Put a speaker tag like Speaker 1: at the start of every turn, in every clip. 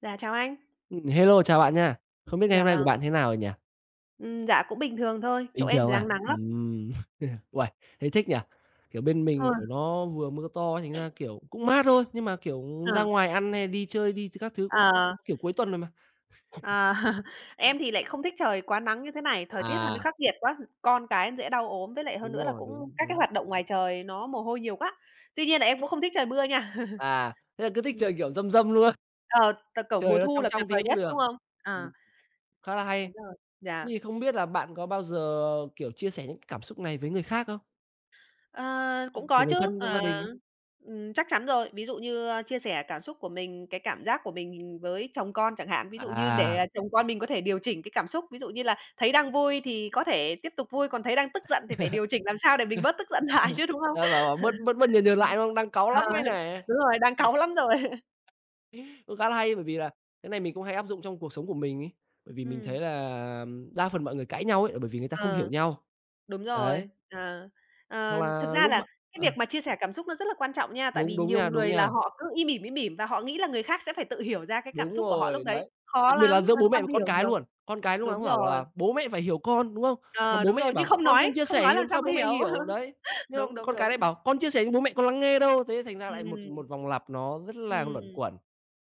Speaker 1: Dạ, chào anh.
Speaker 2: Hello, chào bạn nha. Không biết ngày
Speaker 1: Dạ
Speaker 2: hôm nay của
Speaker 1: vâng.
Speaker 2: bạn thế nào rồi nhỉ?
Speaker 1: Dạ, cũng bình thường thôi, chỗ
Speaker 2: Bình
Speaker 1: em thì
Speaker 2: thường à?
Speaker 1: đang nắng lắm.
Speaker 2: Uầy, thế thích nhỉ? Kiểu, bên
Speaker 1: Ờ.
Speaker 2: mình, kiểu, nó vừa mưa to ấy, thành ra, kiểu, cũng mát thôi, nhưng mà, kiểu,
Speaker 1: Ờ,
Speaker 2: ra ngoài ăn hay đi chơi đi các thứ cũng,
Speaker 1: ờ,
Speaker 2: kiểu, cuối tuần rồi mà.
Speaker 1: ờ, em thì lại không thích trời quá nắng như thế này, thời tiết nó
Speaker 2: À.
Speaker 1: khắc nghiệt quá, con cái dễ đau ốm, với lại hơn
Speaker 2: Đúng
Speaker 1: nữa là
Speaker 2: rồi,
Speaker 1: cũng
Speaker 2: đúng,
Speaker 1: các cái
Speaker 2: đúng.
Speaker 1: hoạt động ngoài trời nó mồ hôi nhiều quá. Tuy nhiên là em cũng không thích trời mưa nha.
Speaker 2: À, thế là cứ thích trời,
Speaker 1: Ừm,
Speaker 2: kiểu, râm râm luôn,
Speaker 1: ờ, t kiểu
Speaker 2: trời
Speaker 1: mùa
Speaker 2: nó
Speaker 1: thu
Speaker 2: trong
Speaker 1: là tuyệt
Speaker 2: trong tí
Speaker 1: vời
Speaker 2: cũng
Speaker 1: nhất,
Speaker 2: được.
Speaker 1: đúng không? À,
Speaker 2: Ừm, khá là hay.
Speaker 1: đúng rồi,
Speaker 2: Thế
Speaker 1: dạ.
Speaker 2: thì không biết là bạn có bao giờ, kiểu, chia sẻ những cái cảm xúc này với người khác không?
Speaker 1: Ờ, cũng có
Speaker 2: Kiểu, người
Speaker 1: chứ.
Speaker 2: thân trong gia
Speaker 1: Ờ,
Speaker 2: đình ấy.
Speaker 1: chắc chắn rồi. Ví dụ như, chia sẻ cảm xúc của mình, cái cảm giác của mình với chồng con chẳng hạn. Ví dụ như để
Speaker 2: À,
Speaker 1: chồng con mình có thể điều chỉnh cái cảm xúc, ví dụ như là thấy đang vui thì có thể tiếp tục vui, còn thấy đang tức giận thì phải điều chỉnh làm sao để mình bớt tức giận lại chứ, đúng không?
Speaker 2: ờ, bảo bảo bớt bớt bớt nhờn nhờn
Speaker 1: Ừm.
Speaker 2: lại, đúng. Đang cáu
Speaker 1: Ờ,
Speaker 2: lắm ấy này.
Speaker 1: đúng rồi, đang cáu lắm rồi.
Speaker 2: Cũng khá là hay bởi vì là cái này mình cũng hay áp dụng trong cuộc sống của mình ấy. Bởi vì mình
Speaker 1: Ừm,
Speaker 2: thấy là đa phần mọi người cãi nhau ấy là bởi vì người ta không
Speaker 1: ờ.
Speaker 2: hiểu nhau.
Speaker 1: Đúng
Speaker 2: Đấy,
Speaker 1: rồi,
Speaker 2: hoặc
Speaker 1: thực
Speaker 2: là
Speaker 1: ra
Speaker 2: lúc
Speaker 1: là
Speaker 2: bạn
Speaker 1: cái
Speaker 2: ờ,
Speaker 1: việc mà chia sẻ cảm xúc nó rất là quan trọng nha, tại
Speaker 2: đúng,
Speaker 1: vì
Speaker 2: đúng
Speaker 1: nhiều
Speaker 2: nha, đúng
Speaker 1: người là
Speaker 2: nha,
Speaker 1: họ cứ im ỉm và họ nghĩ là người khác sẽ phải tự hiểu ra cái cảm
Speaker 2: đúng
Speaker 1: xúc của họ lúc
Speaker 2: rồi,
Speaker 1: đấy,
Speaker 2: đấy.
Speaker 1: khó
Speaker 2: Đặc biệt là
Speaker 1: lắm,
Speaker 2: giữa
Speaker 1: làm
Speaker 2: bố
Speaker 1: sao
Speaker 2: mẹ và
Speaker 1: mà
Speaker 2: con
Speaker 1: hiểu
Speaker 2: cái
Speaker 1: được.
Speaker 2: luôn. Con cái lúc nào
Speaker 1: Đúng
Speaker 2: cũng bảo
Speaker 1: rồi,
Speaker 2: là "Bố mẹ phải hiểu con", đúng không? Mà
Speaker 1: ờ,
Speaker 2: bố
Speaker 1: đúng
Speaker 2: mẹ
Speaker 1: rồi, nhưng
Speaker 2: bảo
Speaker 1: không
Speaker 2: "Con không
Speaker 1: nói,
Speaker 2: chia
Speaker 1: không
Speaker 2: sẻ
Speaker 1: nói
Speaker 2: thì
Speaker 1: làm
Speaker 2: làm
Speaker 1: sao
Speaker 2: sao bố
Speaker 1: mà
Speaker 2: mẹ
Speaker 1: hiểu.
Speaker 2: hiểu?" Đấy, nhưng
Speaker 1: Đúng,
Speaker 2: mà
Speaker 1: đúng,
Speaker 2: con cái
Speaker 1: đúng.
Speaker 2: lại bảo "Con chia sẻ nhưng bố mẹ con lắng nghe đâu." Thế thành ra lại một
Speaker 1: Ừm,
Speaker 2: một vòng lặp nó rất là
Speaker 1: ừm.
Speaker 2: luẩn quẩn.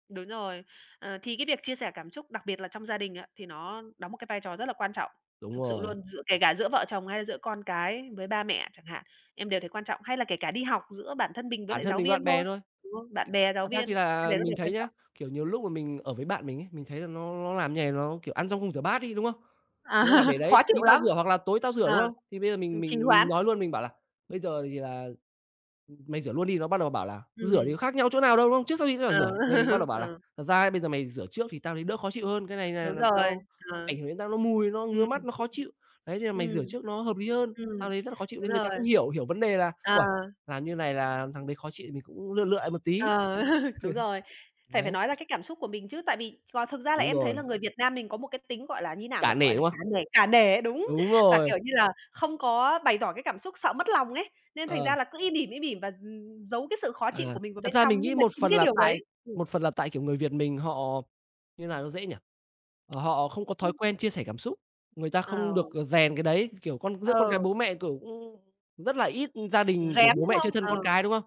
Speaker 1: Đúng rồi. Ờ, thì cái việc chia sẻ cảm xúc, đặc biệt là trong gia đình á, thì nó đóng một cái vai trò rất là quan trọng,
Speaker 2: Đúng
Speaker 1: thực sự
Speaker 2: rồi,
Speaker 1: luôn, giữa kể cả giữa vợ chồng hay là giữa con cái với ba mẹ chẳng hạn, em đều thấy quan trọng, hay là kể cả đi học giữa bản thân mình với
Speaker 2: bản
Speaker 1: lại
Speaker 2: thân
Speaker 1: giáo
Speaker 2: mình với
Speaker 1: viên
Speaker 2: bạn bè
Speaker 1: thôi,
Speaker 2: thôi.
Speaker 1: đúng không? Bạn bè, giáo
Speaker 2: Thật ra thì
Speaker 1: viên, cái
Speaker 2: là
Speaker 1: đấy nó
Speaker 2: mình
Speaker 1: đều
Speaker 2: thấy
Speaker 1: quan
Speaker 2: nhá,
Speaker 1: trọng.
Speaker 2: kiểu, nhiều lúc mà mình ở với bạn mình ấy, mình thấy là nó làm như này nó, kiểu, ăn xong không rửa bát đi, đúng không?
Speaker 1: À,
Speaker 2: Thì nó bảo để
Speaker 1: khó
Speaker 2: đấy tí
Speaker 1: chịu
Speaker 2: tao
Speaker 1: lắm.
Speaker 2: rửa hoặc là tối tao rửa, đúng
Speaker 1: Ờ,
Speaker 2: không? Thì bây giờ mình
Speaker 1: trì
Speaker 2: mình mình
Speaker 1: hoãn.
Speaker 2: nói luôn, mình bảo là "Bây giờ thì là mày rửa luôn đi", nó bắt đầu bảo là "Rửa thì
Speaker 1: Ừm,
Speaker 2: có khác nhau chỗ nào đâu, đúng không? Trước sau khi tao bảo
Speaker 1: ờ,
Speaker 2: rửa." Thì mình bắt đầu bảo là
Speaker 1: ừ,
Speaker 2: "Thật ra bây giờ mày rửa trước thì tao thấy đỡ khó chịu hơn, cái này là
Speaker 1: đúng
Speaker 2: làm
Speaker 1: rồi,
Speaker 2: tao
Speaker 1: ờ,
Speaker 2: ảnh hưởng đến tao, nó mùi, nó ngứa mắt,
Speaker 1: ừm,
Speaker 2: nó khó chịu. Đấy, thì là mày
Speaker 1: ừm,
Speaker 2: rửa trước nó hợp lý hơn,
Speaker 1: ừm,
Speaker 2: tao thấy rất là khó chịu."
Speaker 1: đúng
Speaker 2: Nên người ta
Speaker 1: rồi,
Speaker 2: cũng hiểu hiểu vấn đề là
Speaker 1: ờ.
Speaker 2: "Uầy, làm như này là thằng đấy khó chịu", mình cũng lựa lựa một tí.
Speaker 1: Ờ, đúng rồi. Phải phải
Speaker 2: Đấy.
Speaker 1: nói là cái cảm xúc của mình chứ, tại vì còn thực ra là
Speaker 2: Đúng
Speaker 1: em thấy
Speaker 2: rồi,
Speaker 1: là người Việt Nam mình có một cái tính, gọi là, như nào
Speaker 2: cả
Speaker 1: nhỉ?
Speaker 2: nể,
Speaker 1: Gọi là,
Speaker 2: đúng
Speaker 1: cả
Speaker 2: không?
Speaker 1: nể cả nể ấy, đúng.
Speaker 2: Đúng
Speaker 1: Và,
Speaker 2: rồi,
Speaker 1: kiểu như là, không có bày tỏ cái cảm xúc, sợ mất lòng ấy, nên thành
Speaker 2: ờ,
Speaker 1: ra là cứ im ỉm và, giấu cái sự khó
Speaker 2: à,
Speaker 1: chịu của mình vào
Speaker 2: thật
Speaker 1: bên
Speaker 2: ra
Speaker 1: trong,
Speaker 2: mình nghĩ
Speaker 1: nhưng mà
Speaker 2: một
Speaker 1: chính
Speaker 2: phần
Speaker 1: cái
Speaker 2: là
Speaker 1: điều đấy
Speaker 2: tại một phần là tại, kiểu, người Việt mình họ như nào cho dễ nhỉ? Ờ, họ không có thói
Speaker 1: ừm,
Speaker 2: quen chia sẻ cảm xúc, người ta không được,
Speaker 1: ờ,
Speaker 2: ờ, rèn cái đấy, kiểu, con giữa con cái
Speaker 1: ờ,
Speaker 2: bố mẹ, kiểu, cũng rất là ít gia đình, kiểu,
Speaker 1: rén,
Speaker 2: bố
Speaker 1: đúng
Speaker 2: mẹ chơi
Speaker 1: không?
Speaker 2: thân
Speaker 1: Ờ,
Speaker 2: con cái, đúng không?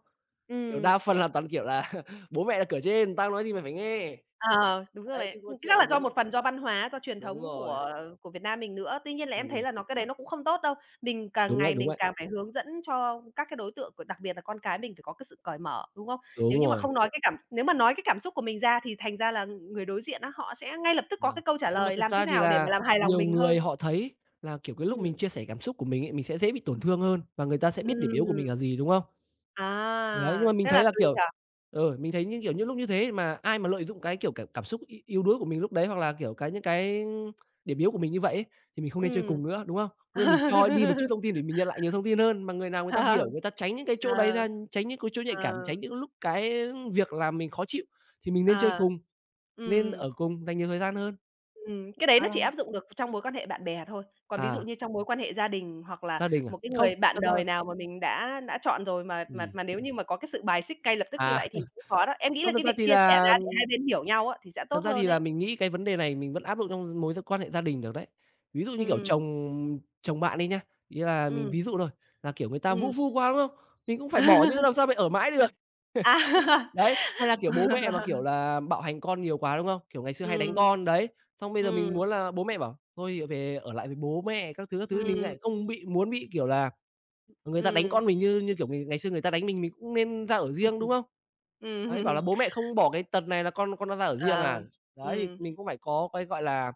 Speaker 1: ừ
Speaker 2: Kiểu, đa phần là toàn, kiểu là, "Bố mẹ là cửa trên, tao nói gì mày phải nghe."
Speaker 1: Ờ, đúng rồi
Speaker 2: Đấy, chứ
Speaker 1: đấy.
Speaker 2: có chuyện
Speaker 1: Chắc
Speaker 2: là
Speaker 1: là
Speaker 2: bố
Speaker 1: do
Speaker 2: mẹ
Speaker 1: một phần do văn hóa, do truyền
Speaker 2: đúng
Speaker 1: thống
Speaker 2: rồi,
Speaker 1: của Việt Nam mình nữa. Tuy nhiên là
Speaker 2: ừm,
Speaker 1: em thấy
Speaker 2: ừm,
Speaker 1: là cái đấy nó cũng không tốt đâu. Mình càng
Speaker 2: đúng đấy,
Speaker 1: ngày
Speaker 2: đúng
Speaker 1: mình
Speaker 2: đấy,
Speaker 1: càng phải hướng dẫn cho các cái đối tượng, đặc biệt là con cái mình phải có cái sự cởi mở, đúng không?
Speaker 2: đúng
Speaker 1: Nếu như mà
Speaker 2: rồi.
Speaker 1: không nói cái cảm Nếu mà nói cái cảm xúc của mình ra thì thành ra là người đối diện á, họ sẽ ngay lập tức có
Speaker 2: Ờ.
Speaker 1: cái câu trả
Speaker 2: Nhưng mà
Speaker 1: lời
Speaker 2: thật
Speaker 1: làm thế
Speaker 2: ra thì
Speaker 1: nào để
Speaker 2: là
Speaker 1: mà làm hài lòng
Speaker 2: nhiều
Speaker 1: mình
Speaker 2: người
Speaker 1: hơn.
Speaker 2: họ thấy là, kiểu, cái lúc mình
Speaker 1: Ừm.
Speaker 2: chia sẻ cảm xúc của mình ấy, mình sẽ dễ bị tổn
Speaker 1: Ừm.
Speaker 2: thương hơn và người ta sẽ biết điểm yếu của
Speaker 1: Ừm.
Speaker 2: mình là gì, đúng không? Đấy, nhưng
Speaker 1: À,
Speaker 2: mà mình
Speaker 1: thế
Speaker 2: thấy
Speaker 1: là
Speaker 2: là,
Speaker 1: tùy
Speaker 2: kiểu,
Speaker 1: hả?
Speaker 2: ừ, mình thấy những, kiểu, những lúc như thế mà ai mà lợi dụng cái, kiểu, cảm cảm xúc yếu đuối của mình lúc đấy hoặc là, kiểu, cái những cái điểm yếu của mình như vậy ấy, thì mình không nên chơi
Speaker 1: Ừm.
Speaker 2: cùng nữa, đúng không? Bây giờ mình cho đi một chút thông tin để mình nhận lại nhiều thông tin hơn, mà người nào người ta
Speaker 1: Ờ.
Speaker 2: hiểu, người ta tránh những cái
Speaker 1: Ờ,
Speaker 2: chỗ đấy ra, tránh những cái chỗ
Speaker 1: ờ,
Speaker 2: nhạy cảm,
Speaker 1: ờ.
Speaker 2: tránh những lúc cái việc làm mình khó chịu thì mình nên chơi
Speaker 1: Ờ.
Speaker 2: cùng, nên
Speaker 1: Ừm.
Speaker 2: ở cùng, dành nhiều thời gian hơn.
Speaker 1: Cái đấy nó
Speaker 2: À.
Speaker 1: chỉ áp dụng được trong mối quan hệ bạn bè thôi. Còn ví dụ
Speaker 2: À.
Speaker 1: như trong mối quan hệ gia đình hoặc là
Speaker 2: Gia đình à?
Speaker 1: một cái
Speaker 2: Không,
Speaker 1: người
Speaker 2: thật
Speaker 1: bạn
Speaker 2: ra là
Speaker 1: đời nào mà mình đã chọn rồi mà mà
Speaker 2: ừm,
Speaker 1: mà nếu như mà có cái sự bài xích ngay lập tức như
Speaker 2: à,
Speaker 1: vậy thì cũng khó đó. Em nghĩ là
Speaker 2: không, thật
Speaker 1: cái
Speaker 2: ra
Speaker 1: việc
Speaker 2: thì
Speaker 1: chia sẻ
Speaker 2: là
Speaker 1: ra để hai bên hiểu nhau á thì sẽ
Speaker 2: thật
Speaker 1: tốt
Speaker 2: ra thì
Speaker 1: hơn
Speaker 2: là
Speaker 1: ấy.
Speaker 2: mình nghĩ cái vấn đề này mình vẫn áp dụng trong mối quan hệ gia đình được đấy. Ví dụ như kiểu
Speaker 1: Ừm,
Speaker 2: chồng chồng bạn đi nhá, ý là mình
Speaker 1: ừm,
Speaker 2: ví dụ thôi, là, kiểu, người ta vũ
Speaker 1: ừm.
Speaker 2: phu quá, đúng không? Mình cũng phải bỏ chứ làm sao mày ở mãi được.
Speaker 1: À.
Speaker 2: Đấy, hay là, kiểu, bố mẹ mà, kiểu là, bạo hành con nhiều quá, đúng không? Kiểu, ngày xưa hay đánh
Speaker 1: Ừm,
Speaker 2: con, đấy, xong bây giờ mình
Speaker 1: ừm,
Speaker 2: muốn là bố mẹ bảo thôi về ở lại với bố mẹ các thứ, mình
Speaker 1: ừm,
Speaker 2: lại không bị muốn bị, kiểu là, người ta đánh
Speaker 1: ừm,
Speaker 2: con mình như như, kiểu, ngày ngày xưa người ta đánh mình cũng nên ra ở riêng, đúng không? Đấy, bảo là
Speaker 1: ừm.
Speaker 2: "Bố mẹ không bỏ cái tật này là con nó ra ở riêng
Speaker 1: Ờ,
Speaker 2: à?" Đấy, thì
Speaker 1: ừm,
Speaker 2: mình cũng phải có cái, gọi là,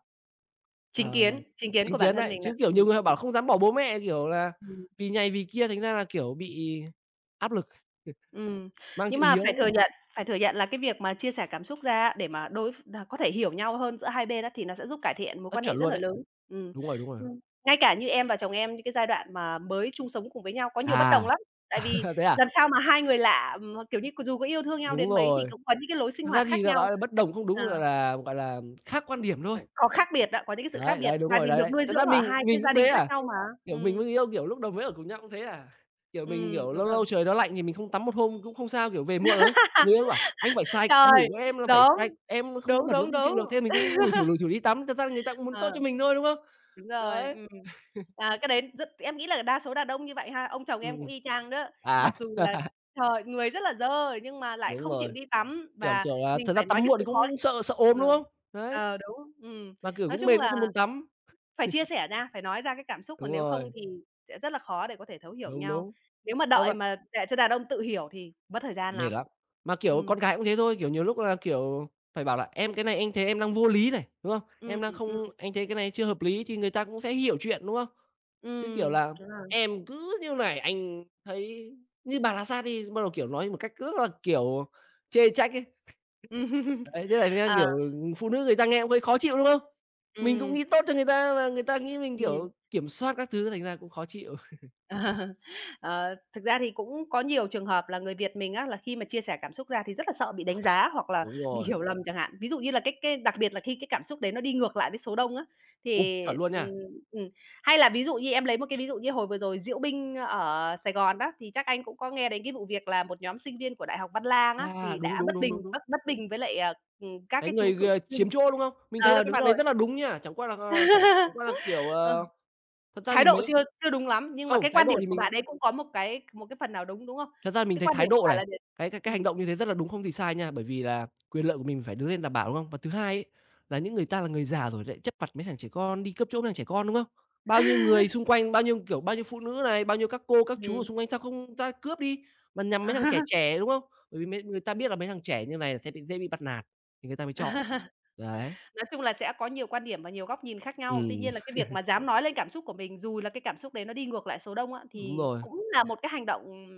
Speaker 2: ờ,
Speaker 1: chính kiến
Speaker 2: chính
Speaker 1: của bản
Speaker 2: kiến
Speaker 1: thân
Speaker 2: đấy,
Speaker 1: mình nè.
Speaker 2: chứ, kiểu, nhiều người họ bảo không dám bỏ bố mẹ, kiểu là,
Speaker 1: Ừm.
Speaker 2: vì này vì kia thành ra là, kiểu, bị áp lực,
Speaker 1: Ừm,
Speaker 2: mang
Speaker 1: nhưng
Speaker 2: chữ
Speaker 1: mà
Speaker 2: hiếu,
Speaker 1: phải thừa nhận là cái việc mà chia sẻ cảm xúc ra á, để mà đối là có thể hiểu nhau hơn giữa hai bên á, thì nó sẽ giúp cải thiện mối
Speaker 2: rất
Speaker 1: quan
Speaker 2: chuẩn
Speaker 1: hệ rất
Speaker 2: luôn
Speaker 1: là
Speaker 2: đấy.
Speaker 1: lớn. Ừm,
Speaker 2: Đúng rồi, đúng rồi.
Speaker 1: ừm, ngay cả như em và chồng em, những cái giai đoạn mà mới chung sống cùng với nhau có nhiều bất đồng
Speaker 2: À,
Speaker 1: lắm, tại vì
Speaker 2: thế à?
Speaker 1: làm sao mà hai người lạ, kiểu như, dù có yêu thương nhau
Speaker 2: Đúng
Speaker 1: đến mấy thì
Speaker 2: rồi.
Speaker 1: cũng có những cái lối sinh
Speaker 2: Thật ra
Speaker 1: hoạt khác
Speaker 2: thì là,
Speaker 1: nhau.
Speaker 2: gọi là, bất đồng không đúng,
Speaker 1: Ờ,
Speaker 2: gọi là, khác quan điểm thôi.
Speaker 1: ừ, có khác biệt đó, có những cái sự khác
Speaker 2: Đấy,
Speaker 1: biệt,
Speaker 2: đấy, đúng
Speaker 1: tại
Speaker 2: rồi,
Speaker 1: vì
Speaker 2: đấy,
Speaker 1: được
Speaker 2: đấy.
Speaker 1: nuôi
Speaker 2: Thật ra
Speaker 1: dưỡng ở
Speaker 2: mình
Speaker 1: hai cái
Speaker 2: mình
Speaker 1: gia
Speaker 2: cũng thế
Speaker 1: đình khác
Speaker 2: à.
Speaker 1: nhau mà.
Speaker 2: Kiểu, mình
Speaker 1: Ừm,
Speaker 2: với người yêu, kiểu, lúc đầu mới ở cùng nhau cũng thế à. Kiểu, mình, kiểu,
Speaker 1: đúng
Speaker 2: lâu
Speaker 1: rồi.
Speaker 2: lâu trời nó lạnh thì mình không tắm một hôm cũng không sao, kiểu, về muộn rồi ấy, người yêu bảo: "Anh phải sạch, ngủ
Speaker 1: Trời,
Speaker 2: với em là phải sạch,
Speaker 1: đúng,
Speaker 2: em không
Speaker 1: đúng,
Speaker 2: bẩn nó
Speaker 1: đúng,
Speaker 2: không
Speaker 1: đúng.
Speaker 2: chịu được." Thế mình cũng lủi thủi đi tắm, thật ra người ta cũng muốn tốt
Speaker 1: Ờ.
Speaker 2: cho mình thôi, đúng không?
Speaker 1: Đúng rồi,
Speaker 2: Đấy,
Speaker 1: ừm. À, cái đấy rất em nghĩ là đa số đàn ông như vậy ha. Ông chồng em
Speaker 2: ừm,
Speaker 1: cũng y chang đó.
Speaker 2: à,
Speaker 1: Mặc dù là trời, người rất là dơ nhưng mà lại
Speaker 2: đúng
Speaker 1: không
Speaker 2: rồi,
Speaker 1: chịu đi tắm
Speaker 2: kiểu,
Speaker 1: và
Speaker 2: kiểu là,
Speaker 1: mình
Speaker 2: thật ra
Speaker 1: phải nói
Speaker 2: tắm
Speaker 1: cái
Speaker 2: muộn thì
Speaker 1: sự khó
Speaker 2: cũng sợ sợ ốm,
Speaker 1: ờ,
Speaker 2: đúng không? Đấy,
Speaker 1: đúng.
Speaker 2: mà, kiểu,
Speaker 1: Nói
Speaker 2: cũng
Speaker 1: chung
Speaker 2: mệt cũng
Speaker 1: là
Speaker 2: không muốn tắm.
Speaker 1: phải chia sẻ nha, phải nói ra cái cảm xúc,
Speaker 2: Đúng
Speaker 1: còn nếu không
Speaker 2: rồi,
Speaker 1: thì sẽ rất là khó để có thể thấu hiểu
Speaker 2: đúng,
Speaker 1: nhau.
Speaker 2: đúng.
Speaker 1: Nếu mà
Speaker 2: Hoặc
Speaker 1: đợi
Speaker 2: là
Speaker 1: mà để cho đàn ông tự hiểu thì mất thời gian
Speaker 2: mệt
Speaker 1: lắm.
Speaker 2: lắm. Mà, kiểu,
Speaker 1: Ừm,
Speaker 2: con gái cũng thế thôi, kiểu, nhiều lúc là, kiểu, phải bảo là "Em, cái này anh thấy em đang vô lý này", đúng không?
Speaker 1: ừm,
Speaker 2: "Em đang
Speaker 1: ừm,
Speaker 2: không anh thấy cái này chưa hợp lý" thì người ta cũng sẽ hiểu chuyện, đúng không? Chứ, kiểu là
Speaker 1: đúng rồi.
Speaker 2: "Em cứ như này anh thấy như bà là sao" thì bắt đầu, kiểu, nói một cách rất là, kiểu, chê trách ấy. Đấy, thế là thành ra,
Speaker 1: Ờ,
Speaker 2: kiểu, phụ nữ người ta nghe cũng hơi khó chịu, đúng không? Mình cũng
Speaker 1: ừm,
Speaker 2: nghĩ tốt cho người ta mà người ta nghĩ mình,
Speaker 1: ừm.
Speaker 2: kiểu, kiểm soát các thứ thành ra cũng khó chịu.
Speaker 1: Ờ, thực ra thì cũng có nhiều trường hợp là người Việt mình á, là khi mà chia sẻ cảm xúc ra thì rất là sợ bị đánh giá hoặc là
Speaker 2: Đúng
Speaker 1: bị
Speaker 2: rồi.
Speaker 1: hiểu lầm chẳng hạn. Ví dụ như là cái đặc biệt là khi cái cảm xúc đấy nó đi ngược lại với số đông á,
Speaker 2: Ôi,
Speaker 1: thì,
Speaker 2: chuẩn luôn
Speaker 1: ừm,
Speaker 2: nha.
Speaker 1: ừm, hay là ví dụ như em lấy một cái ví dụ như hồi vừa rồi diễu binh ở Sài Gòn đó, thì chắc anh cũng có nghe đến cái vụ việc là một nhóm sinh viên của Đại học Văn Lang á,
Speaker 2: À,
Speaker 1: thì
Speaker 2: đúng,
Speaker 1: đã
Speaker 2: đúng,
Speaker 1: bất
Speaker 2: đúng,
Speaker 1: bình
Speaker 2: đúng, đúng.
Speaker 1: bất bất bình với lại, các
Speaker 2: Cái
Speaker 1: cái chú
Speaker 2: người
Speaker 1: cựu chiến binh.
Speaker 2: chiếm chỗ, đúng không? Mình thấy là
Speaker 1: Ờ,
Speaker 2: cái
Speaker 1: đúng
Speaker 2: bạn
Speaker 1: rồi.
Speaker 2: đấy rất là đúng nha, chẳng qua là, ờ, chẳng qua là, kiểu, ờ, thật ra thì
Speaker 1: Thái độ
Speaker 2: mấy
Speaker 1: chưa chưa đúng lắm, nhưng mà
Speaker 2: không,
Speaker 1: cái
Speaker 2: thái
Speaker 1: quan
Speaker 2: độ
Speaker 1: điểm
Speaker 2: thì
Speaker 1: của
Speaker 2: mình
Speaker 1: bạn ấy cũng có một cái phần nào đúng, đúng không?
Speaker 2: thật ra mình
Speaker 1: Cái
Speaker 2: thấy
Speaker 1: quan
Speaker 2: thái
Speaker 1: điểm của
Speaker 2: độ
Speaker 1: bạn
Speaker 2: này,
Speaker 1: là gì?
Speaker 2: cái hành
Speaker 1: Ừm.
Speaker 2: động như thế rất là đúng không thì sai nha, bởi vì là quyền lợi của mình phải đứng lên đảm bảo, đúng không? Và thứ hai ấy, là những người ta là người già rồi lại chấp vặt mấy thằng trẻ con, đi cướp chỗ mấy thằng trẻ con, đúng không? Bao nhiêu người xung quanh, bao nhiêu, kiểu, bao nhiêu phụ nữ này, bao nhiêu các cô, các chú ở
Speaker 1: Ừm.
Speaker 2: xung quanh, sao không ta cướp đi, mà nhằm mấy thằng trẻ trẻ, đúng không? Bởi vì mấy người ta biết là mấy thằng trẻ như này là sẽ bị dễ bị bắt nạt, thì người ta mới chọn. Đấy,
Speaker 1: Nói chung là sẽ có nhiều quan điểm và nhiều góc nhìn khác nhau. Tuy
Speaker 2: ừm,
Speaker 1: nhiên là cái việc mà dám nói lên cảm xúc của mình, dù là cái cảm xúc đấy nó đi ngược lại số đông á,
Speaker 2: đúng
Speaker 1: thì
Speaker 2: rồi.
Speaker 1: cũng là một cái hành động,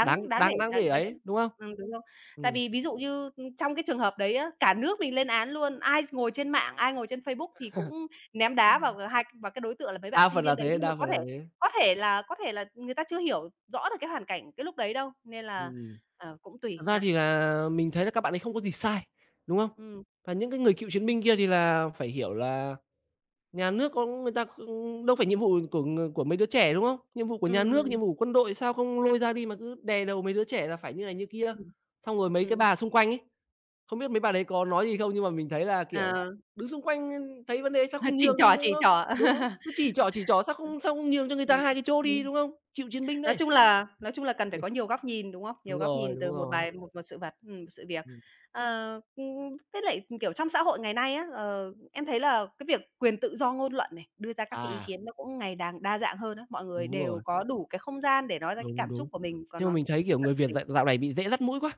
Speaker 2: Đáng
Speaker 1: đáng để
Speaker 2: đáng đáng
Speaker 1: đáng
Speaker 2: để
Speaker 1: đáng để
Speaker 2: ấy, đúng không?
Speaker 1: đúng không? Tại
Speaker 2: Ừm,
Speaker 1: vì ví dụ như, trong cái trường hợp đấy á, cả nước mình lên án luôn, ai ngồi trên mạng, ai ngồi trên Facebook thì cũng ném đá vào g hai vào cái đối tượng là mấy bạn
Speaker 2: đa
Speaker 1: sinh
Speaker 2: phần là
Speaker 1: viên đấy.
Speaker 2: thế,
Speaker 1: Nhưng mà
Speaker 2: đa phần là thế.
Speaker 1: có thể là người ta chưa hiểu rõ được cái hoàn cảnh cái lúc đấy đâu, nên là,
Speaker 2: Ừm,
Speaker 1: cũng
Speaker 2: thật
Speaker 1: tùy
Speaker 2: ra
Speaker 1: ha.
Speaker 2: thì là mình thấy là các bạn ấy không có gì sai, đúng không?
Speaker 1: Ừ.
Speaker 2: Và những cái người cựu chiến binh kia thì là phải hiểu là nhà nước có người ta không đâu phải nhiệm vụ của người của mấy đứa trẻ, đúng không? Nhiệm vụ của
Speaker 1: Ừ.
Speaker 2: nhà nước, nhiệm vụ của quân đội sao không lôi ra đi mà cứ đè đầu mấy đứa trẻ là phải như này như kia.
Speaker 1: ừm,
Speaker 2: Xong rồi mấy cái
Speaker 1: ừm,
Speaker 2: bà xung quanh ấy không biết mấy bạn ấy có nói gì không? Nhưng mà mình thấy là,
Speaker 1: ờ.
Speaker 2: kiểu, đứng xung quanh, thấy vấn đề sao không
Speaker 1: Chỉ
Speaker 2: nhường đi,
Speaker 1: trỏ,
Speaker 2: đúng
Speaker 1: chỉ
Speaker 2: không?
Speaker 1: trỏ.
Speaker 2: Đúng không? Cứ chỉ trỏ sao không nhường cho người ta
Speaker 1: Ừm,
Speaker 2: hai cái chỗ đi,
Speaker 1: ừm.
Speaker 2: đúng không? Chịu chiến binh đấy.
Speaker 1: Nói chung là cần phải có nhiều góc nhìn, đúng không? Nhiều
Speaker 2: Đúng
Speaker 1: góc
Speaker 2: rồi,
Speaker 1: nhìn
Speaker 2: đúng
Speaker 1: từ
Speaker 2: rồi.
Speaker 1: một sự vật, một sự việc.
Speaker 2: Ừm,
Speaker 1: Ờ, với lại, kiểu, trong xã hội ngày nay á, em thấy là cái việc quyền tự do ngôn luận này, đưa ra các cái ý
Speaker 2: à,
Speaker 1: kiến nó cũng ngày càng đa dạng hơn á. Mọi người
Speaker 2: đúng
Speaker 1: đều
Speaker 2: rồi,
Speaker 1: có đủ cái không gian để nói ra cái
Speaker 2: đúng,
Speaker 1: cảm
Speaker 2: đúng.
Speaker 1: xúc của mình, còn
Speaker 2: Nhưng mà
Speaker 1: nó
Speaker 2: mình thấy,
Speaker 1: cũng rất
Speaker 2: kiểu,
Speaker 1: thật
Speaker 2: người
Speaker 1: của
Speaker 2: Việt d
Speaker 1: mình.
Speaker 2: dạo này bị dễ dắt mũi quá.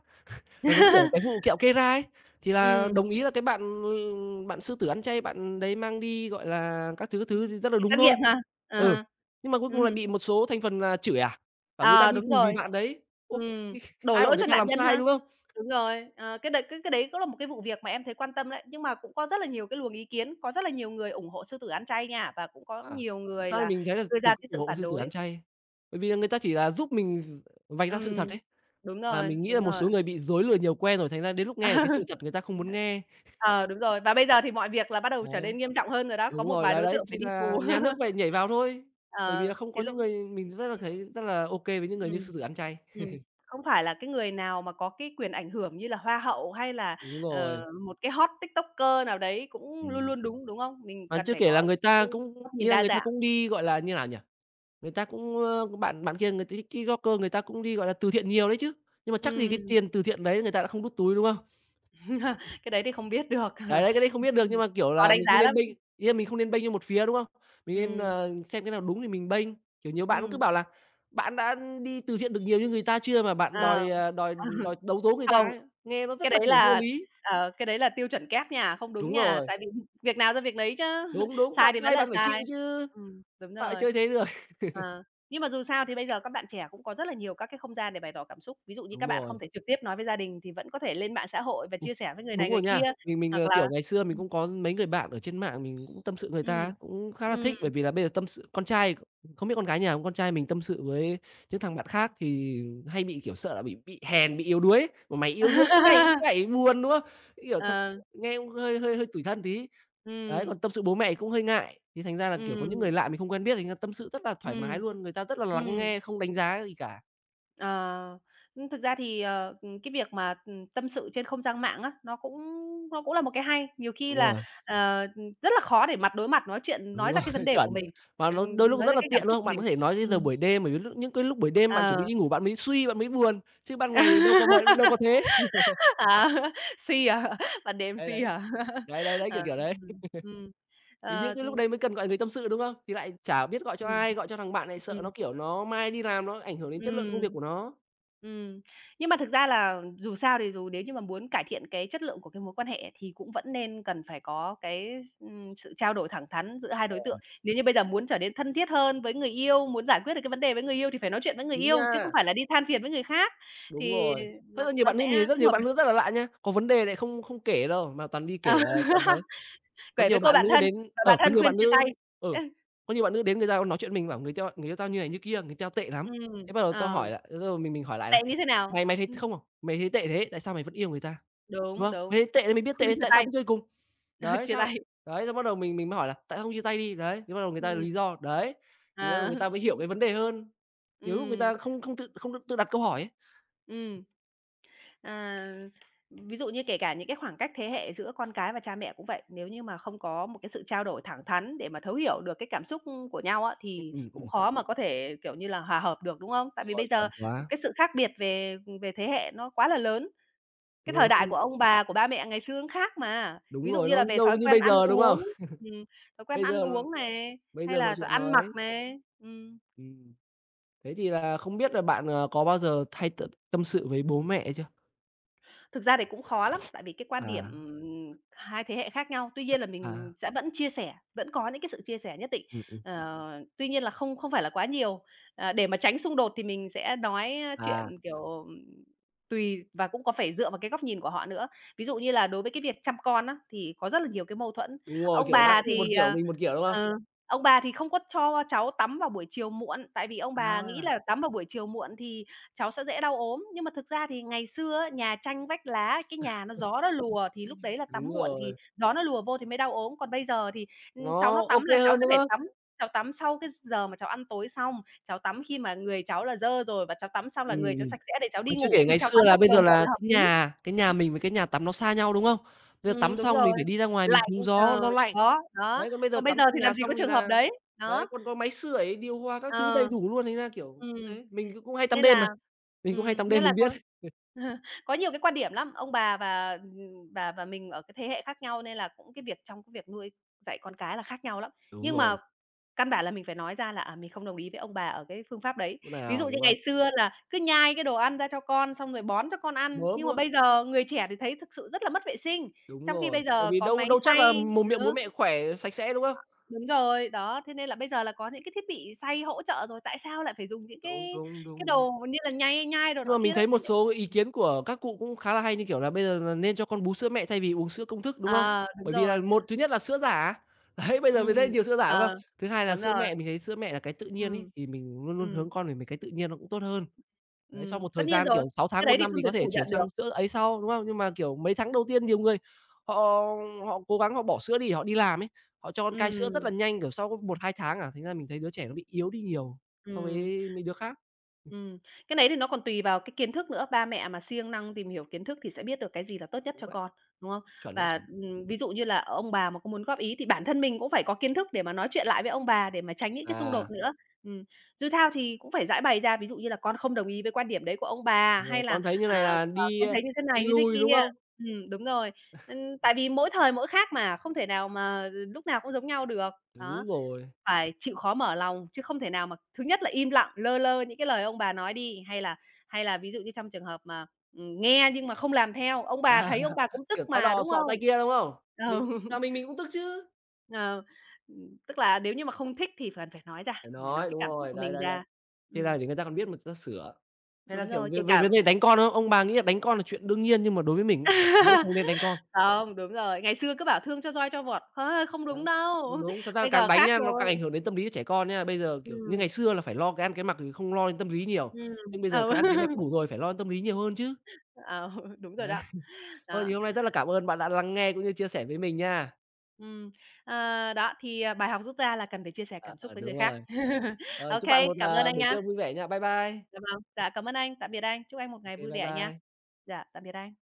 Speaker 2: Nó giống, kiểu, cái vụ kẹo Kera ấy, thì là
Speaker 1: Ừm,
Speaker 2: đồng ý là bạn sư tử ăn chay, bạn đấy mang đi, gọi là, các thứ
Speaker 1: ừm,
Speaker 2: thì rất là đúng
Speaker 1: xét
Speaker 2: thôi.
Speaker 1: nghiệm ha. À
Speaker 2: Ừ,
Speaker 1: ha.
Speaker 2: nhưng mà cuối cùng lại bị một số thành phần là chửi à, bảo người ta
Speaker 1: Ờ,
Speaker 2: đi
Speaker 1: đúng
Speaker 2: tù vì
Speaker 1: rồi.
Speaker 2: bạn đấy. Ô,
Speaker 1: Ừm, đổ
Speaker 2: ai bảo
Speaker 1: lỗi
Speaker 2: người
Speaker 1: cho
Speaker 2: ta
Speaker 1: nạn
Speaker 2: làm
Speaker 1: nhân
Speaker 2: sai,
Speaker 1: ha.
Speaker 2: đúng không?
Speaker 1: Đúng rồi, ờ, cái đấy cũng là một cái vụ việc mà em thấy quan tâm đấy, nhưng mà cũng có rất là nhiều cái luồng ý kiến, có rất là nhiều người ủng hộ sư tử ăn chay nha, và cũng có
Speaker 2: À,
Speaker 1: nhiều
Speaker 2: thật
Speaker 1: người
Speaker 2: ra thì
Speaker 1: là
Speaker 2: mình thấy là
Speaker 1: đưa
Speaker 2: mình
Speaker 1: ra
Speaker 2: cũng
Speaker 1: cái
Speaker 2: ủng
Speaker 1: sự
Speaker 2: hộ
Speaker 1: phản
Speaker 2: sư tử
Speaker 1: đối.
Speaker 2: ăn chay, bởi vì là người ta chỉ là giúp mình vạch ra sự
Speaker 1: Ừm,
Speaker 2: thật ấy.
Speaker 1: đúng
Speaker 2: Và
Speaker 1: rồi,
Speaker 2: mình nghĩ là
Speaker 1: đúng
Speaker 2: một
Speaker 1: rồi.
Speaker 2: số người bị rối lừa nhiều quen rồi, thành ra đến lúc nghe được cái sự thật người ta không muốn nghe.
Speaker 1: Ờ, đúng rồi, và bây giờ thì mọi việc là bắt đầu trở
Speaker 2: Đấy.
Speaker 1: nên nghiêm trọng hơn rồi đó, có
Speaker 2: Đúng
Speaker 1: một
Speaker 2: rồi,
Speaker 1: vài
Speaker 2: đấy,
Speaker 1: đối
Speaker 2: đấy,
Speaker 1: tượng phải
Speaker 2: thì
Speaker 1: đi
Speaker 2: là
Speaker 1: tù.
Speaker 2: nhà nước phải nhảy vào thôi, bởi vì là
Speaker 1: Ờ,
Speaker 2: không có
Speaker 1: thì
Speaker 2: những
Speaker 1: lúc
Speaker 2: người mình rất là thấy
Speaker 1: ừm.
Speaker 2: rất là OK với những người như
Speaker 1: Ừm,
Speaker 2: sư tử ăn chay.
Speaker 1: ừm, không phải là cái người nào mà có cái quyền ảnh hưởng như là hoa hậu hay là,
Speaker 2: Đúng rồi.
Speaker 1: một cái hot TikToker nào đấy cũng luôn
Speaker 2: Ừm.
Speaker 1: luôn đúng, đúng không? Mình
Speaker 2: Mà
Speaker 1: cần
Speaker 2: chưa
Speaker 1: phải
Speaker 2: kể
Speaker 1: có
Speaker 2: là người
Speaker 1: những
Speaker 2: ta
Speaker 1: cái
Speaker 2: cũng
Speaker 1: góc
Speaker 2: ý
Speaker 1: nhìn
Speaker 2: là
Speaker 1: đa
Speaker 2: người ta
Speaker 1: dạng.
Speaker 2: cũng đi, gọi là, như nào nhỉ? Người ta cũng, ơ bạn bạn kia người t TikToker người ta cũng đi, gọi là, từ thiện nhiều đấy chứ, nhưng mà chắc gì cái
Speaker 1: Ừm,
Speaker 2: tiền từ thiện đấy người ta đã không đút túi, đúng không?
Speaker 1: cái đấy thì không biết được.
Speaker 2: Đấy, đấy, cái đấy không biết được nhưng
Speaker 1: Ừm,
Speaker 2: mà, kiểu
Speaker 1: khó
Speaker 2: là,
Speaker 1: đánh
Speaker 2: mình không
Speaker 1: giá
Speaker 2: nên
Speaker 1: lắm.
Speaker 2: ý là mình không nên bênh cho một phía, đúng không? Mình nên,
Speaker 1: Ừm,
Speaker 2: ờ, xem cái nào đúng thì mình bênh. Kiểu, nhiều bạn cứ
Speaker 1: ừm,
Speaker 2: bảo là "Bạn đã đi từ thiện được nhiều như người ta chưa mà bạn đòi,
Speaker 1: ờ.
Speaker 2: à, đòi đòi đấu tố người
Speaker 1: Ờ,
Speaker 2: ta
Speaker 1: không.
Speaker 2: ấy?" Nghe nó rất
Speaker 1: Cái
Speaker 2: là,
Speaker 1: đấy
Speaker 2: kiểu, vô
Speaker 1: là
Speaker 2: lý.
Speaker 1: cái đấy là tiêu chuẩn kép nha, không đúng
Speaker 2: Đúng
Speaker 1: nha,
Speaker 2: rồi,
Speaker 1: tại vì việc nào ra việc đấy chứ,
Speaker 2: đúng, đúng, bạn
Speaker 1: sai thì vẫn
Speaker 2: sai
Speaker 1: là
Speaker 2: bạn phải chịu
Speaker 1: sai.
Speaker 2: chứ,
Speaker 1: Đúng
Speaker 2: sao lại
Speaker 1: rồi.
Speaker 2: chơi thế được?
Speaker 1: Ờ, nhưng mà dù sao thì bây giờ các bạn trẻ cũng có rất là nhiều các cái không gian để bày tỏ cảm xúc. Ví dụ như
Speaker 2: Đúng
Speaker 1: các bạn
Speaker 2: rồi.
Speaker 1: không thể trực tiếp nói với gia đình thì vẫn có thể lên mạng xã hội và
Speaker 2: Ừm,
Speaker 1: chia sẻ với người
Speaker 2: đúng
Speaker 1: này
Speaker 2: rồi
Speaker 1: người kia,
Speaker 2: nha. Mình mình,
Speaker 1: hoặc
Speaker 2: ờ, kiểu,
Speaker 1: là
Speaker 2: ngày xưa mình
Speaker 1: ừm,
Speaker 2: cũng có mấy người bạn ở trên mạng mình cũng tâm sự người
Speaker 1: ừm,
Speaker 2: ta, cũng khá là
Speaker 1: ừm.
Speaker 2: thích, bởi vì là bây giờ tâm sự con trai không biết con gái nhà, con trai mình tâm sự với những thằng bạn khác thì hay bị, kiểu, sợ là bị hèn, bị yếu đuối ấy, mà "Mày yếu đuối con này con nại", buồn, đúng không? Kiểu, thật
Speaker 1: Ờ,
Speaker 2: nghe cũng hơi hơi hơi tủi thân tí. Đấy,
Speaker 1: ừm,
Speaker 2: còn tâm sự bố mẹ cũng hơi ngại, thì thành ra là, kiểu, có những
Speaker 1: ừm,
Speaker 2: người lạ mình không quen biết thành ra tâm sự rất là thoải
Speaker 1: ừm,
Speaker 2: mái luôn, người ta rất là lắng
Speaker 1: ừm.
Speaker 2: nghe, không đánh giá gì cả.
Speaker 1: Ờ, thực ra thì, cái việc mà, tâm sự trên không gian mạng á, nó cũng là một cái hay. Nhiều khi
Speaker 2: Đúng
Speaker 1: là,
Speaker 2: rồi.
Speaker 1: rất là khó để mặt đối mặt nói chuyện,
Speaker 2: Đúng
Speaker 1: nói ra
Speaker 2: rồi,
Speaker 1: cái vấn đề của
Speaker 2: chuẩn.
Speaker 1: mình,
Speaker 2: Và
Speaker 1: ừm,
Speaker 2: nó đôi lúc
Speaker 1: nói
Speaker 2: rất
Speaker 1: ra
Speaker 2: là
Speaker 1: cái cảm
Speaker 2: tiện, đúng
Speaker 1: xúc
Speaker 2: không?
Speaker 1: của
Speaker 2: Bạn có
Speaker 1: mình.
Speaker 2: thể nói cái giờ
Speaker 1: Ừm,
Speaker 2: buổi đêm, bởi vì lúc những cái lúc buổi đêm bạn chuẩn bị
Speaker 1: ờ.
Speaker 2: đi ngủ bạn mới suy, bạn mới buồn, chứ ban ngày thì đâu có mấy đâu có thế.
Speaker 1: À, suy à, bạn để em
Speaker 2: Đấy,
Speaker 1: suy
Speaker 2: đấy,
Speaker 1: à?
Speaker 2: đấy, đấy, đấy,
Speaker 1: Ờ,
Speaker 2: kiểu, kiểu đấy.
Speaker 1: ừm.
Speaker 2: Thì những
Speaker 1: Ờ,
Speaker 2: cái lúc đấy mới cần gọi người tâm sự, đúng không? Thì lại chả biết gọi cho
Speaker 1: ừm.
Speaker 2: ai, gọi cho thằng bạn lại sợ nó,
Speaker 1: Ừm,
Speaker 2: kiểu, nó mai đi làm nó ảnh hưởng đến chất lượng công
Speaker 1: ừm.
Speaker 2: việc của nó.
Speaker 1: Ừm, nhưng mà thực ra là dù sao thì dù nếu như mà muốn cải thiện cái chất lượng của cái mối quan hệ thì cũng vẫn nên cần phải có cái, sự trao đổi thẳng thắn giữa hai đối tượng. Nếu như bây giờ muốn trở nên thân thiết hơn với người yêu, muốn giải quyết được cái vấn đề với người yêu thì phải nói chuyện với người
Speaker 2: Đúng
Speaker 1: yêu, chứ không
Speaker 2: nha,
Speaker 1: phải là đi than phiền với người khác,
Speaker 2: đúng
Speaker 1: thì
Speaker 2: rồi. Rất
Speaker 1: nó
Speaker 2: là nhiều
Speaker 1: nó
Speaker 2: bạn
Speaker 1: sẽ
Speaker 2: nữ mình thấy rất
Speaker 1: không
Speaker 2: nhiều
Speaker 1: hợp
Speaker 2: bạn nữ
Speaker 1: lý.
Speaker 2: rất là lạ nha, có vấn đề lại không không kể đâu, mà toàn đi
Speaker 1: Ờ,
Speaker 2: kể, ờ, toàn đấy. Có
Speaker 1: kể với
Speaker 2: nhiều
Speaker 1: cô
Speaker 2: bạn
Speaker 1: bạn
Speaker 2: nữ
Speaker 1: thân
Speaker 2: đến
Speaker 1: và
Speaker 2: ờ,
Speaker 1: bạn
Speaker 2: có
Speaker 1: thân
Speaker 2: nhiều
Speaker 1: khuyên
Speaker 2: bạn
Speaker 1: chia tay.
Speaker 2: nữ ừ, có nhiều bạn nữ đến người ta nói chuyện mình bảo "Người tao người yêu tao như này như kia, người tao tệ lắm."
Speaker 1: Ừm,
Speaker 2: Thế bắt đầu tao
Speaker 1: ờ,
Speaker 2: hỏi lại rồi mình hỏi lại
Speaker 1: tại
Speaker 2: là
Speaker 1: như thế nào?
Speaker 2: "Mày mày thấy không không? Mày thấy tệ thế, tại sao mày vẫn yêu người ta? Đúng
Speaker 1: Đúng,
Speaker 2: không? Mày
Speaker 1: đúng,
Speaker 2: thấy tệ thì mày biết
Speaker 1: khuyên
Speaker 2: tệ,
Speaker 1: chia
Speaker 2: tại sao
Speaker 1: tay,
Speaker 2: vẫn chơi cùng?" Đấy,
Speaker 1: chia
Speaker 2: sao
Speaker 1: tay.
Speaker 2: đấy, xong bắt đầu mình mới hỏi là "Tại sao không chia tay đi?" Đấy, thế bắt đầu người ta
Speaker 1: Ừm,
Speaker 2: lý do, đấy, thì bắt đầu
Speaker 1: ờ,
Speaker 2: người ta mới hiểu cái vấn đề hơn. Nhiều lúc người
Speaker 1: ừm,
Speaker 2: ta không không tự không tự đặt câu hỏi ấy.
Speaker 1: ừm. À, ví dụ như kể cả những cái khoảng cách thế hệ giữa con cái và cha mẹ cũng vậy, nếu như mà không có một cái sự trao đổi thẳng thắn để mà thấu hiểu được cái cảm xúc của nhau á,
Speaker 2: Ừm,
Speaker 1: thì
Speaker 2: ừm,
Speaker 1: cũng
Speaker 2: ừm,
Speaker 1: khó mà có thể, kiểu như là, hòa hợp được, đúng không? Tại vì
Speaker 2: rồi,
Speaker 1: bây giờ
Speaker 2: chuẩn quá.
Speaker 1: cái sự khác biệt về về thế hệ nó quá là lớn. Cái
Speaker 2: Đúng rồi,
Speaker 1: thời
Speaker 2: nó
Speaker 1: đại
Speaker 2: không
Speaker 1: của ông bà, của ba mẹ ngày xưa nó khác mà.
Speaker 2: đúng
Speaker 1: Ví dụ
Speaker 2: rồi,
Speaker 1: như
Speaker 2: nó
Speaker 1: là về
Speaker 2: đâu có
Speaker 1: thói
Speaker 2: như
Speaker 1: quen
Speaker 2: bây
Speaker 1: ăn
Speaker 2: giờ, đúng không?
Speaker 1: uống ừm, thói quen
Speaker 2: Bây giờ
Speaker 1: ăn uống này,
Speaker 2: bây
Speaker 1: hay
Speaker 2: giờ mọi
Speaker 1: là
Speaker 2: chuyện
Speaker 1: ăn
Speaker 2: nó
Speaker 1: mặc
Speaker 2: ấy.
Speaker 1: này. Ừm.
Speaker 2: Ừm. Thế thì là không biết là bạn, có bao giờ hay tâm sự với bố mẹ chưa?
Speaker 1: Thực ra thì cũng khó lắm, tại vì cái quan điểm,
Speaker 2: À,
Speaker 1: hai thế hệ khác nhau. Tuy nhiên là mình
Speaker 2: à,
Speaker 1: sẽ vẫn chia sẻ, vẫn có những cái sự chia sẻ nhất định,
Speaker 2: ừm, ừm,
Speaker 1: ờ, tuy nhiên là không không phải là quá nhiều. À, để mà tránh xung đột thì mình sẽ nói
Speaker 2: à,
Speaker 1: chuyện, kiểu, ừm, tùy và cũng có phải dựa vào cái góc nhìn của họ nữa. Ví dụ như là đối với cái việc chăm con á, thì có rất là nhiều cái mâu thuẫn.
Speaker 2: đúng rồi,
Speaker 1: Ông
Speaker 2: kiểu, các
Speaker 1: bà
Speaker 2: cụ một
Speaker 1: thì,
Speaker 2: kiểu, mình một kiểu, đúng không?
Speaker 1: ờ, ờ, ông bà thì không có cho cháu tắm vào buổi chiều muộn, tại vì ông bà nghĩ
Speaker 2: À,
Speaker 1: là tắm vào buổi chiều muộn thì cháu sẽ dễ đau ốm, nhưng mà thực ra thì ngày xưa á, nhà tranh vách lá, cái nhà nó gió nó lùa thì lúc đấy là
Speaker 2: đúng
Speaker 1: tắm muộn thì
Speaker 2: rồi,
Speaker 1: gió nó lùa vô thì mới đau ốm. Còn bây giờ thì, cháu
Speaker 2: nó
Speaker 1: nó tắm
Speaker 2: OK
Speaker 1: là cháu
Speaker 2: hơn,
Speaker 1: sẽ
Speaker 2: đúng
Speaker 1: phải
Speaker 2: không?
Speaker 1: tắm cháu tắm sau cái giờ mà cháu ăn tối xong, cháu tắm khi mà người cháu là dơ rồi và cháu tắm xong
Speaker 2: ừ
Speaker 1: là người cháu
Speaker 2: ừm,
Speaker 1: sạch sẽ để cháu
Speaker 2: mà
Speaker 1: đi
Speaker 2: chưa
Speaker 1: ngủ,
Speaker 2: kể
Speaker 1: thì
Speaker 2: ngày
Speaker 1: cháu
Speaker 2: xưa
Speaker 1: tắm
Speaker 2: là
Speaker 1: vào
Speaker 2: bây
Speaker 1: chiều
Speaker 2: giờ
Speaker 1: muộn
Speaker 2: là
Speaker 1: là hợp
Speaker 2: cái
Speaker 1: lý.
Speaker 2: nhà cái nhà mình với cái nhà tắm nó xa nhau, đúng không? Bây giờ tắm
Speaker 1: Đúng
Speaker 2: xong mình
Speaker 1: rồi,
Speaker 2: phải đi ra ngoài mình
Speaker 1: lạnh,
Speaker 2: trúng gió, nó
Speaker 1: ờ,
Speaker 2: lạnh.
Speaker 1: đó, đó.
Speaker 2: Đấy, còn bây giờ
Speaker 1: Còn bây
Speaker 2: tắm
Speaker 1: giờ
Speaker 2: trong
Speaker 1: thì
Speaker 2: nhà
Speaker 1: làm gì
Speaker 2: xong
Speaker 1: có
Speaker 2: thì
Speaker 1: trường hợp
Speaker 2: là
Speaker 1: đấy.
Speaker 2: đấy,
Speaker 1: Đó,
Speaker 2: còn có máy sưởi, điều hòa các thứ đầy
Speaker 1: ờ.
Speaker 2: đủ luôn, thành ra, kiểu,
Speaker 1: Ừm.
Speaker 2: thế, mình cũng cũng hay tắm
Speaker 1: Nên
Speaker 2: đêm mà,
Speaker 1: là
Speaker 2: mình cũng hay
Speaker 1: ừm,
Speaker 2: tắm
Speaker 1: nên
Speaker 2: đêm
Speaker 1: là
Speaker 2: mình
Speaker 1: có
Speaker 2: biết.
Speaker 1: có nhiều cái quan điểm lắm, ông bà và mình ở cái thế hệ khác nhau nên là cũng cái việc trong cái việc nuôi dạy con cái là khác nhau lắm.
Speaker 2: Đúng
Speaker 1: Nhưng mà
Speaker 2: rồi,
Speaker 1: căn bản là mình phải nói ra là, à, mình không đồng ý với ông bà ở cái phương pháp đấy.
Speaker 2: chỗ
Speaker 1: Ví
Speaker 2: nào,
Speaker 1: dụ như
Speaker 2: đúng không?
Speaker 1: ngày xưa là cứ nhai cái đồ ăn ra cho con xong rồi bón cho con ăn,
Speaker 2: Mớm, đúng
Speaker 1: nhưng mà
Speaker 2: không?
Speaker 1: bây giờ người trẻ thì thấy thực sự rất là mất vệ sinh,
Speaker 2: Đúng
Speaker 1: trong khi
Speaker 2: rồi,
Speaker 1: bây
Speaker 2: bởi
Speaker 1: giờ
Speaker 2: vì
Speaker 1: có
Speaker 2: đâu
Speaker 1: máy
Speaker 2: đâu chắc là
Speaker 1: xay
Speaker 2: mồm miệng bố
Speaker 1: ừ.
Speaker 2: mẹ khỏe, sạch sẽ, đúng không?
Speaker 1: Đúng rồi, đó, thế nên là bây giờ là có những cái thiết bị xay hỗ trợ rồi, tại sao lại phải dùng những
Speaker 2: Đúng,
Speaker 1: cái
Speaker 2: đúng,
Speaker 1: cái
Speaker 2: đúng, đúng.
Speaker 1: đồ như là nhai nhai đồ
Speaker 2: Nhưng
Speaker 1: nọ
Speaker 2: mà mình
Speaker 1: kia đó
Speaker 2: thấy
Speaker 1: để
Speaker 2: một
Speaker 1: để.
Speaker 2: số ý kiến của các cụ cũng khá là hay, như kiểu là bây giờ là nên cho con bú sữa mẹ thay vì uống sữa công thức, đúng không?
Speaker 1: Ờ, đúng
Speaker 2: Bởi vì là
Speaker 1: rồi,
Speaker 2: thứ nhất là sữa giả, đấy, bây giờ mình thấy
Speaker 1: ừm,
Speaker 2: nhiều sữa giả, đúng
Speaker 1: ờ,
Speaker 2: không? Thứ hai là
Speaker 1: đúng
Speaker 2: sữa
Speaker 1: rồi.
Speaker 2: mẹ, mình thấy sữa mẹ là cái tự nhiên ấy,
Speaker 1: Ừm.
Speaker 2: thì mình luôn luôn
Speaker 1: Ừm,
Speaker 2: hướng con mình về mấy cái tự nhiên nó cũng tốt hơn. Đấy, sau
Speaker 1: ừm,
Speaker 2: một thời
Speaker 1: tất nhiên
Speaker 2: gian,
Speaker 1: rồi,
Speaker 2: kiểu, 6
Speaker 1: cái
Speaker 2: tháng,
Speaker 1: đấy
Speaker 2: một
Speaker 1: thì
Speaker 2: năm
Speaker 1: không
Speaker 2: thì
Speaker 1: thể
Speaker 2: có thể
Speaker 1: phủ
Speaker 2: chuyển
Speaker 1: nhận được.
Speaker 2: sang sữa ấy sau, đúng không? Nhưng mà, kiểu, mấy tháng đầu tiên nhiều người họ họ cố gắng họ bỏ sữa đi họ đi làm ấy, họ cho con cai sữa rất là
Speaker 1: Ừm.
Speaker 2: nhanh, kiểu, sau có 1, 2 tháng à, thành ra mình thấy đứa trẻ nó bị yếu đi nhiều so
Speaker 1: Ừm.
Speaker 2: với mấy đứa khác.
Speaker 1: Ừm, cái đấy thì nó còn tùy vào cái kiến thức nữa, ba mẹ mà siêng năng tìm hiểu kiến thức thì sẽ biết được cái gì là tốt nhất
Speaker 2: Đúng
Speaker 1: cho
Speaker 2: đấy,
Speaker 1: con, đúng không?
Speaker 2: chuẩn đấy,
Speaker 1: Và,
Speaker 2: chuẩn.
Speaker 1: ví dụ như là ông bà mà có muốn góp ý thì bản thân mình cũng phải có kiến thức để mà nói chuyện lại với ông bà để mà tránh những cái xung
Speaker 2: À,
Speaker 1: đột nữa. Ừm, dù thao thì cũng phải giãi bày ra, ví dụ như là "Con không đồng ý với quan điểm đấy của ông bà"
Speaker 2: rồi
Speaker 1: hay là
Speaker 2: con thấy như này
Speaker 1: "À,
Speaker 2: là
Speaker 1: ờ,
Speaker 2: đi,
Speaker 1: con
Speaker 2: a,
Speaker 1: thấy như thế
Speaker 2: đi
Speaker 1: này, như thế
Speaker 2: lùi, đúng
Speaker 1: kia."
Speaker 2: không?
Speaker 1: Đúng rồi. Tại vì mỗi thời mỗi khác mà, không thể nào mà, lúc nào cũng giống nhau được. Đó.
Speaker 2: Đúng rồi.
Speaker 1: Phải chịu khó mở lòng, chứ không thể nào mà thứ nhất là im lặng, lơ lơ những cái lời ông bà nói đi, hay là ví dụ như trong trường hợp mà, nghe nhưng mà không làm theo, ông bà thấy
Speaker 2: À,
Speaker 1: ông bà cũng tức
Speaker 2: kiểu, tay
Speaker 1: mà,
Speaker 2: nọ
Speaker 1: đúng
Speaker 2: xọ
Speaker 1: không?
Speaker 2: tay kia, đúng không? Mình
Speaker 1: Ừ.
Speaker 2: cũng nhà mình cũng tức chứ.
Speaker 1: Ờ, tức là nếu như mà không thích thì cần phải nói ra,
Speaker 2: Phải
Speaker 1: phải nói
Speaker 2: nói,
Speaker 1: cái
Speaker 2: đúng
Speaker 1: cảm xúc
Speaker 2: rồi,
Speaker 1: của
Speaker 2: đấy,
Speaker 1: mình
Speaker 2: đấy, đấy.
Speaker 1: ra.
Speaker 2: Thế là
Speaker 1: Ừm,
Speaker 2: để người ta còn biết mà người ta sửa. Hay là,
Speaker 1: đúng
Speaker 2: kiểu,
Speaker 1: rồi,
Speaker 2: về
Speaker 1: kể
Speaker 2: về
Speaker 1: cả
Speaker 2: vấn đề đánh con á, ông bà nghĩ là đánh con là chuyện đương nhiên nhưng mà đối với mình ấy, mình nghĩ không nên đánh con.
Speaker 1: không, đúng rồi, ngày xưa cứ bảo "Thương cho roi cho vọt", ơ, không đúng
Speaker 2: Đấy,
Speaker 1: đâu,
Speaker 2: cũng đúng, thật ra là
Speaker 1: bây
Speaker 2: càng
Speaker 1: giờ
Speaker 2: đánh
Speaker 1: khác
Speaker 2: nhá, nó càng
Speaker 1: rồi.
Speaker 2: ảnh hưởng đến tâm lý của trẻ con nhá. Bây giờ, kiểu như, ngày
Speaker 1: Ừm,
Speaker 2: xưa là phải lo cái ăn cái mặc thì không lo đến tâm lý nhiều,
Speaker 1: ừ,
Speaker 2: nhưng bây giờ
Speaker 1: ờ.
Speaker 2: cái ăn cái mặc đủ rồi phải lo đến tâm lý nhiều hơn chứ.
Speaker 1: Ờ, đúng rồi
Speaker 2: Đấy,
Speaker 1: đó.
Speaker 2: thôi thì
Speaker 1: Đó.
Speaker 2: hôm nay rất là cảm ơn bạn đã lắng nghe cũng như chia sẻ với mình nha.
Speaker 1: Ừm, đó, thì, à, bài học rút ra là cần phải chia sẻ cảm xúc
Speaker 2: Ờ,
Speaker 1: với người
Speaker 2: đúng
Speaker 1: khác.
Speaker 2: rồi. Ờ,
Speaker 1: Ô
Speaker 2: chúc bạn
Speaker 1: kê,
Speaker 2: một,
Speaker 1: cảm ơn
Speaker 2: à,
Speaker 1: anh
Speaker 2: buổi
Speaker 1: nha.
Speaker 2: trưa vui vẻ nha. Bye bye.
Speaker 1: Dạ vâng, dạ, cảm ơn anh, tạm biệt anh, chúc anh một
Speaker 2: Ô
Speaker 1: ngày
Speaker 2: kê,
Speaker 1: vui
Speaker 2: bye
Speaker 1: vẻ
Speaker 2: bye.
Speaker 1: nha. Dạ, tạm biệt anh.